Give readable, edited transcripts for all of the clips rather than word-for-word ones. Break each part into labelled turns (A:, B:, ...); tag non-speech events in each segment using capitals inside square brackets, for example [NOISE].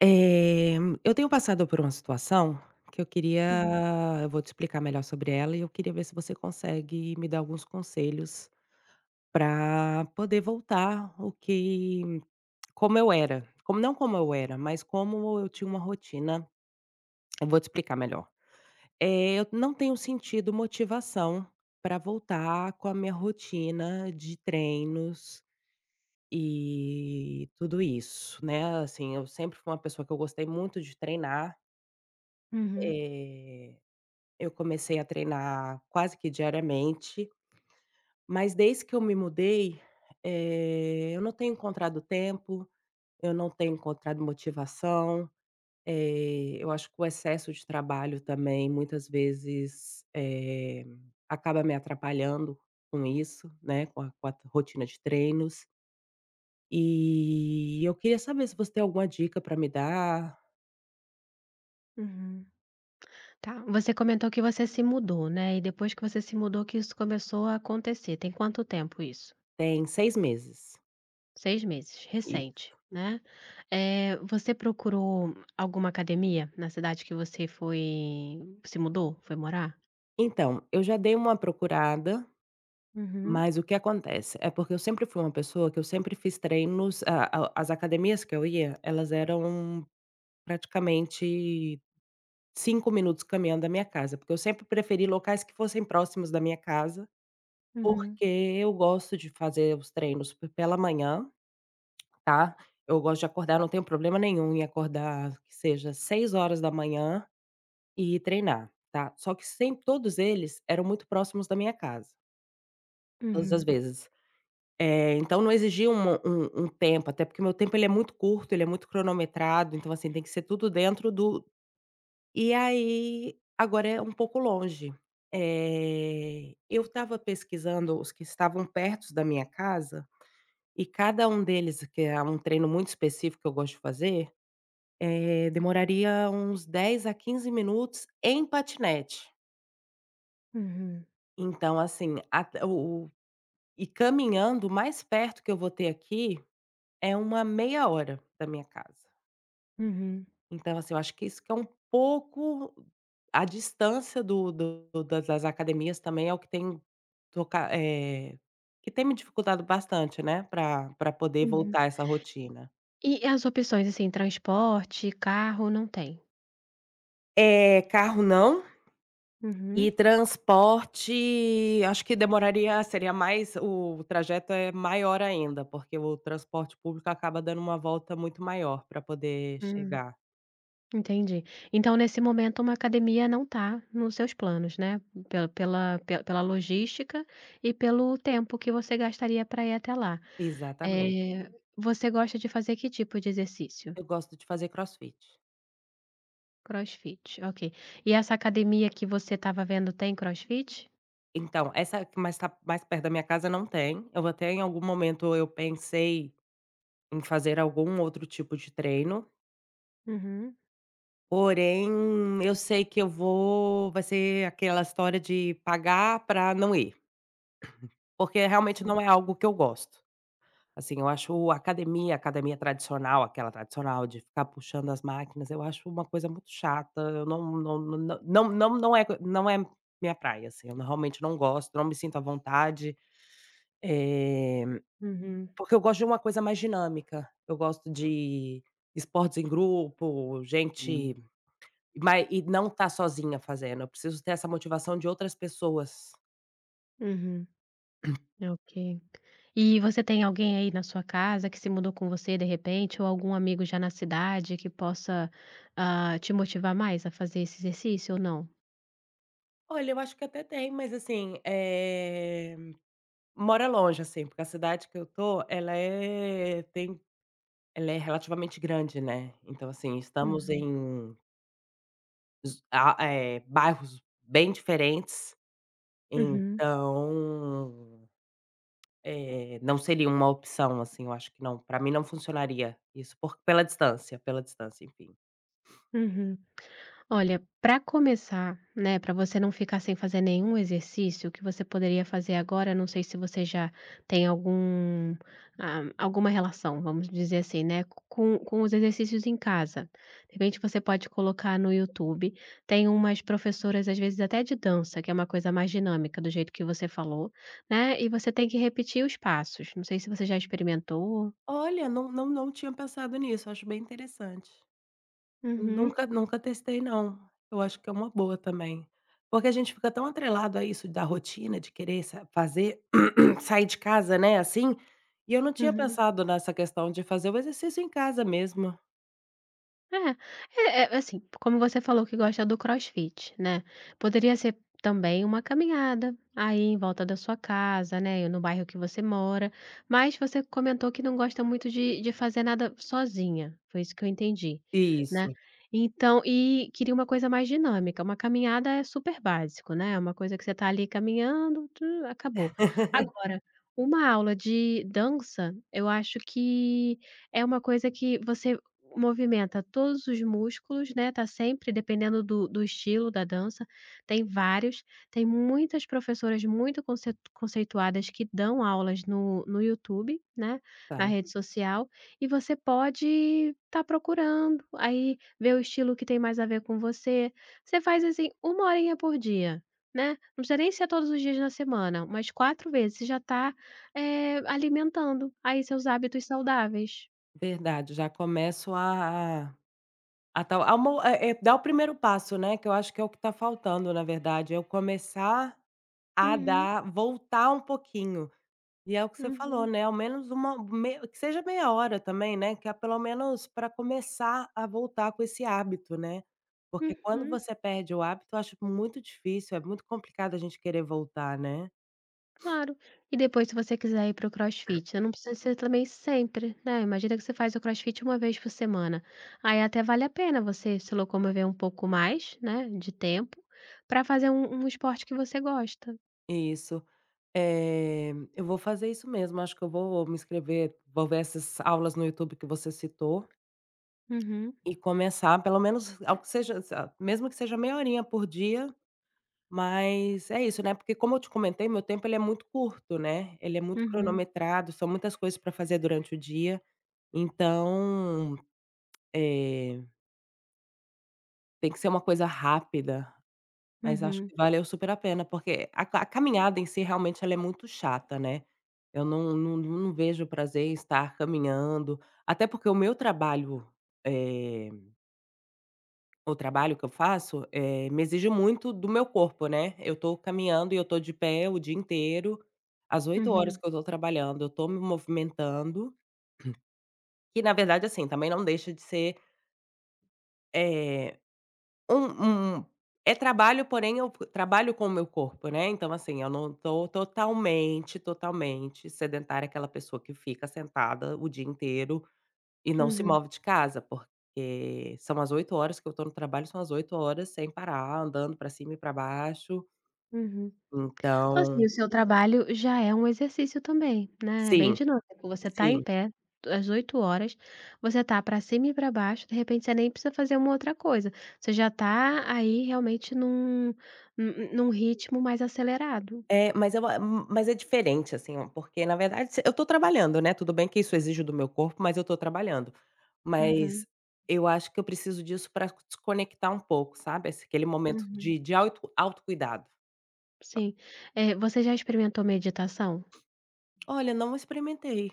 A: Eh, eu tenho passado por uma situação que eu queria
B: Uhum.
A: eu vou te explicar melhor sobre ela e eu queria ver se você consegue me dar alguns conselhos para poder voltar o que como eu era, como não como eu era, mas como eu tinha uma rotina. Eu vou te explicar melhor. Eu não tenho sentido motivação para voltar com a minha rotina de treinos e tudo isso, né, assim, eu sempre fui uma pessoa que eu gostei muito de treinar.
B: Uhum.
A: Eh, eu comecei a treinar quase que diariamente, mas desde que eu me mudei, eu não tenho encontrado tempo, eu não tenho encontrado motivação, eu acho que o excesso de trabalho também muitas vezes, acaba me atrapalhando com isso, né, com a rotina de treinos. E eu queria saber se você tem alguma dica para me dar.
B: Uhum. Tá, você comentou que você se mudou, né, e depois que você se mudou que isso começou a acontecer, tem quanto tempo isso?
A: Tem 6 meses.
B: 6 meses,
A: Sim.
B: recente, né. Você procurou alguma academia na cidade que você foi se mudou, foi morar?
A: Então, eu já dei uma procurada.
B: Uhum.
A: Mas o que acontece, é porque eu sempre fui uma pessoa que eu sempre fiz treinos a as academias que eu ia, elas eram praticamente 5 minutos caminhando da minha casa, porque eu sempre preferi locais que fossem próximos da minha casa,
B: Uhum.
A: porque eu gosto de fazer os treinos p pela manhã, tá, eu gosto de acordar, não tenho problema nenhum em acordar que seja 6 horas da manhã e treinar, tá. Só que sempre todos eles eram muito próximos da minha casa, todas as
B: Uhum.
A: vezes. Então não exigia uma um um tempo, até porque meu tempo ele é muito curto, ele é muito cronometrado, então, assim, tem que ser tudo dentro do, e aí, agora é um pouco longe. Eu estava pesquisando os que estavam perto da minha casa, e cada um deles, que é um treino muito específico que eu gosto de fazer, demoraria uns 10 a 15 minutos em patinete.
B: Uhum.
A: Então, assim, at o e caminhando, o mais perto que eu vou ter aqui é uma meia hora da minha casa.
B: Uhum.
A: Então, assim, eu acho que isso que é um pouco a distância do do das das academias também é o que tem toca que tem me dificultado bastante, né, para pra poder
B: Uhum.
A: voltar a essa rotina.
B: E as opções, assim, transporte, carro, não tem?
A: É carro não,
B: Uhum.
A: e transporte acho que demoraria, seria mais, o trajeto é maior ainda, porque o transporte público acaba dando uma volta muito maior para poder
B: Hum.
A: chegar.
B: Entendi. Então, nesse momento, uma academia não está nos seus planos, né? Pela logística e pelo tempo que você gastaria para ir até lá.
A: Exatamente.
B: Eh, Você gosta de fazer que tipo de exercício?
A: Eu gosto de fazer crossfit.
B: CrossFit, ok. E essa academia que você estava vendo tem CrossFit?
A: Então, essa que mais tá mais perto da minha casa não tem. Eu até em algum momento eu pensei em fazer algum outro tipo de treino,
B: Uhum.
A: porém eu sei que eu vou vai ser aquela história de pagar para não ir, porque realmente
B: Ok.
A: não é algo que eu gosto. Assim, eu acho a academia tradicional, aquela tradicional de ficar puxando as máquinas, eu acho uma coisa muito chata, eu não é não é minha praia, assim, eu não- realmente não gosto, não me sinto à vontade. Eh
B: Uhum.
A: Porque eu gosto de uma coisa mais dinâmica. Eu gosto de esportes em grupo, gente. Hum, mai e não tá sozinha fazendo, eu preciso ter essa motivação de outras pessoas.
B: Uhum. Ok. E você tem alguém aí na sua casa que se mudou com você de repente, ou algum amigo já na cidade que possa, te motivar mais a fazer esse exercício ou não?
A: Olha, eu acho que até tem, mas assim, mora longe, assim, porque a cidade que eu tô, ela é tem, ela é relativamente grande, né, então, assim, estamos
B: Uhum.
A: em z a bairros bem diferentes,
B: Uhum.
A: então não seria uma opção, assim, eu acho que não, pra mim não funcionaria isso, por pela distância, enfim.
B: Uhum. Olha, para começar, né, para você não ficar sem fazer nenhum exercício, o que você poderia fazer agora, não sei se você já tem algum, alguma relação, vamos dizer assim, né, com os exercícios em casa. De repente você pode colocar no YouTube, tem umas professoras, às vezes até de dança, que é uma coisa mais dinâmica, do jeito que você falou, né, e você tem que repetir os passos. Não sei se você já experimentou.
A: Olha, não tinha pensado nisso, acho bem interessante.
B: Uhum.
A: Nunca testei não, eu acho que é uma boa também. Porque a gente fica tão atrelado a isso da rotina, de querer sa fazer [CLEARS THROAT] sair de casa, né, assim, e eu não tinha
B: Uhum.
A: pensado nessa questão de fazer o exercício em casa mesmo.
B: É, é, assim, como você falou que gosta do crossfit, né, poderia ser também uma caminhada aí em volta da sua casa, né, no bairro que você mora, mas você comentou que não gosta muito de fazer nada sozinha, foi isso que eu entendi, né.
A: Isso.
B: Então e queria uma coisa mais dinâmica, uma caminhada é super básico, né. É uma coisa que você tá ali caminhando, tu acabou.
A: [LAUGHS]
B: Agora, uma aula de dança, eu acho que é uma coisa que você movimenta todos os músculos, né, tá sempre dependendo do estilo da dança, tem vários, tem muitas professoras muito concet conceituadas que dão aulas no YouTube, né, na
A: Tá,
B: rede social, e você pode tá procurando, aí ver o estilo que tem mais a ver com você. Você faz, assim, uma horinha por dia, né, não precisa nem ser todos os dias na semana, mas 4 vezes, você já tá, alimentando aí seus hábitos saudáveis.
A: verdade, já começo a a tal a mo é é dar o primeiro passo, né, que eu acho que é o que tá faltando, na verdade, é eu começar a
B: Uhum.
A: dar voltar um pouquinho. E é o que você falou,
B: Uhum.
A: né, ao menos uma mei que seja meia hora também, né, que é pelo menos para começar a voltar com esse hábito, né. Porque quando
B: Uhum,
A: você perde o hábito, eu acho muito difícil, é muito complicado a gente querer voltar, né.
B: claro. E depois se você quiser ir para o crossfit, né, não precisa ser também sempre, né, imagina que você faz o crossfit uma vez por semana, aí até vale a pena você se locomover um pouco mais, né, de tempo, para fazer um esporte que você gosta.
A: Isso. Eu vou fazer isso mesmo, acho que eu vou me inscrever, vou ver essas aulas no YouTube que você citou.
B: Uhum.
A: E começar pelo menos algo que seja sa, mesmo que seja meia horinha por dia, mas é isso, né, porque como eu te comentei, meu tempo ele é muito curto, né, ele é muito
B: Uhum.
A: cronometrado, são muitas coisas para fazer durante o dia, então, eh, tem que ser uma coisa rápida, mas acho
B: Uhum.
A: que valeu super a pena, porque a caminhada em si realmente ela é muito chata, né, eu não vejo prazer em estar caminhando, até porque o meu trabalho, eh o trabalho que eu faço, me exige muito do meu corpo, né. Eu tô caminhando e eu tô de pé o dia inteiro, as 8 horas
B: Uhum.
A: que eu tô trabalhando, eu tô me movimentando, que na verdade, assim, também não deixa de ser, eh, um é trabalho, porém eu trabalho com o meu corpo, né. Então, assim, eu não tô totalmente, totalmente sedentária, aquela pessoa que fica sentada o dia inteiro e não se
B: Uhum.
A: move de casa, porque são as 8 horas que eu estou no trabalho, são as oito horas sem parar, andando pra cima e pra baixo.
B: Uhum. Uhum. Então,
A: Então
B: assim, o seu trabalho já é um exercício também, né, é bem
A: sim,
B: dinâmico, você tá em
A: sim.
B: pé às 8 horas, você tá para cima e para baixo, de repente você nem precisa fazer uma outra coisa, você já tá aí realmente num ritmo mais acelerado.
A: É, mas eu a mas é diferente, assim, ó, porque na verdade se eu estou trabalhando, né, tudo bem que isso exige do meu corpo, mas eu estou trabalhando.
B: Uhum.
A: Mas eu acho que eu preciso disso pra desconectar um pouco, sabe, esse aquele momento
B: Uhum.
A: de auto autocuidado.
B: Sim. Você já experimentou meditação?
A: Olha, não experimentei,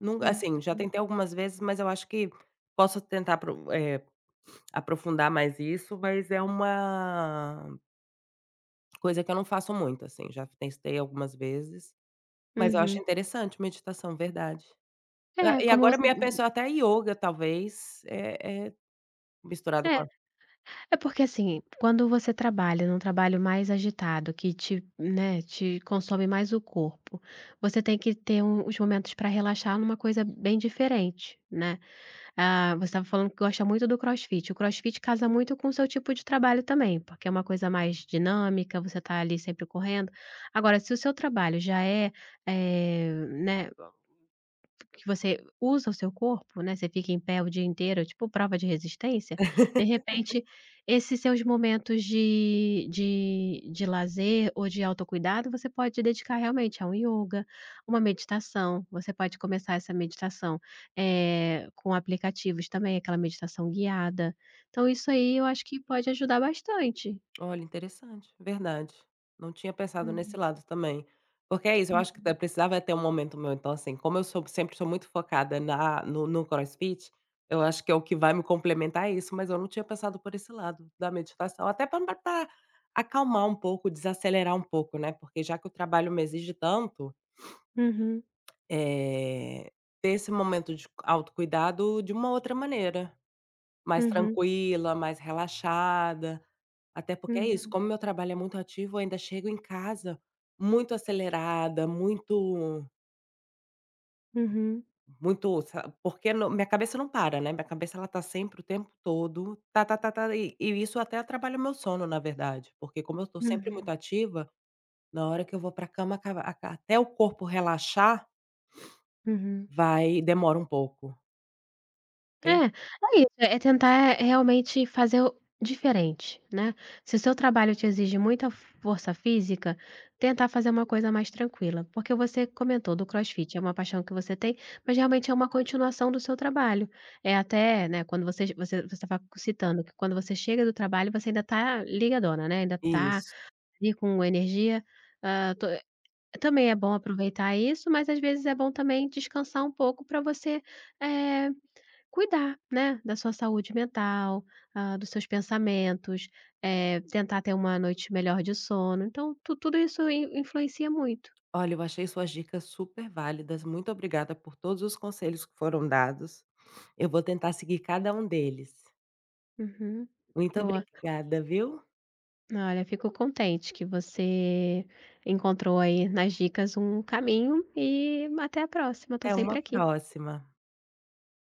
A: nunca
B: Uhum.
A: assim, já tentei algumas vezes, mas eu acho que posso tentar eh aprofundar mais isso, mas é uma coisa que eu não faço muito, assim, já testei algumas vezes, mas eu acho
B: Uhum.
A: interessante meditação, verdade. Ah,
B: É,
A: e
B: como
A: agora
B: você
A: me pensou até ioga talvez, é misturado com.
B: é. É porque, assim, quando você trabalha num trabalho mais agitado, que te, né, te consome mais o corpo, você tem que ter os momentos para relaxar numa coisa bem diferente, né? Ah, você estava falando que gosta muito do CrossFit. O CrossFit casa muito com o seu tipo de trabalho também, porque é uma coisa mais dinâmica, você está ali sempre correndo. Agora, se o seu trabalho já é, eh, né, que você usa o seu corpo, né, você fica em pé o dia inteiro, tipo prova de resistência, de repente, esses seus momentos de lazer ou de autocuidado, você pode dedicar realmente a um ioga, uma meditação, você pode começar essa meditação, com aplicativos também, aquela meditação guiada. Então isso aí eu acho que pode ajudar bastante.
A: Olha, interessante, verdade. Não tinha pensado. Hum, nesse
B: Uhum.
A: lado também. Porque é isso, eu acho que
B: Uhum.
A: até precisava ter um momento meu, então assim, como eu sou sempre sou muito focada na no no crossfit, eu acho que é o que vai me complementar é isso, mas eu não tinha pensado por esse lado da meditação, até para acalmar um pouco, desacelerar um pouco, né, porque já que o trabalho me exige tanto,
B: Uhum.
A: eh, ter esse momento de autocuidado de uma outra maneira, mais
B: Uhum.
A: tranquila, mais relaxada. Até porque é isso,
B: Uhum.
A: como meu trabalho é muito ativo, eu ainda chego em casa muito acelerada, muito
B: Uhum.
A: muito sa porque não, minha cabeça não para, né, minha cabeça ela tá sempre o tempo todo, tá, tá, tá, tá, e isso até atrapalha o meu sono, na verdade, porque como eu tô sempre muito
B: Uhum.
A: ativa, na hora que eu vou pra cama acaba aca até o corpo relaxar,
B: Uhum.
A: vai demora um pouco, bem
B: É, é isso, é tentar realmente fazer o diferente, né. Se o seu trabalho te exige muita força física, tentar fazer uma coisa mais tranquila, porque você comentou do crossfit, é uma paixão que você tem, mas realmente é uma continuação do seu trabalho. É até, né, quando você estava citando que quando você chega do trabalho você ainda tá ligadona, né, ainda tá
A: isso.
B: ali com energia, hã, to também é bom aproveitar isso, mas às vezes é bom também descansar um pouco para você, eh cuidar, né, da sua saúde mental, dos seus pensamentos, tentar ter uma noite melhor de sono, então tu tudo isso in influencia muito.
A: Olha, eu achei suas dicas super válidas, muito obrigada por todos os conselhos que foram dados. Eu vou tentar seguir cada um deles.
B: Uhum.
A: Muito
B: Boa.
A: obrigada, viu?
B: Olha, fico contente que você encontrou aí nas dicas um caminho e até a próxima. Estou
A: Até
B: sempre
A: uma
B: aqui.
A: próxima.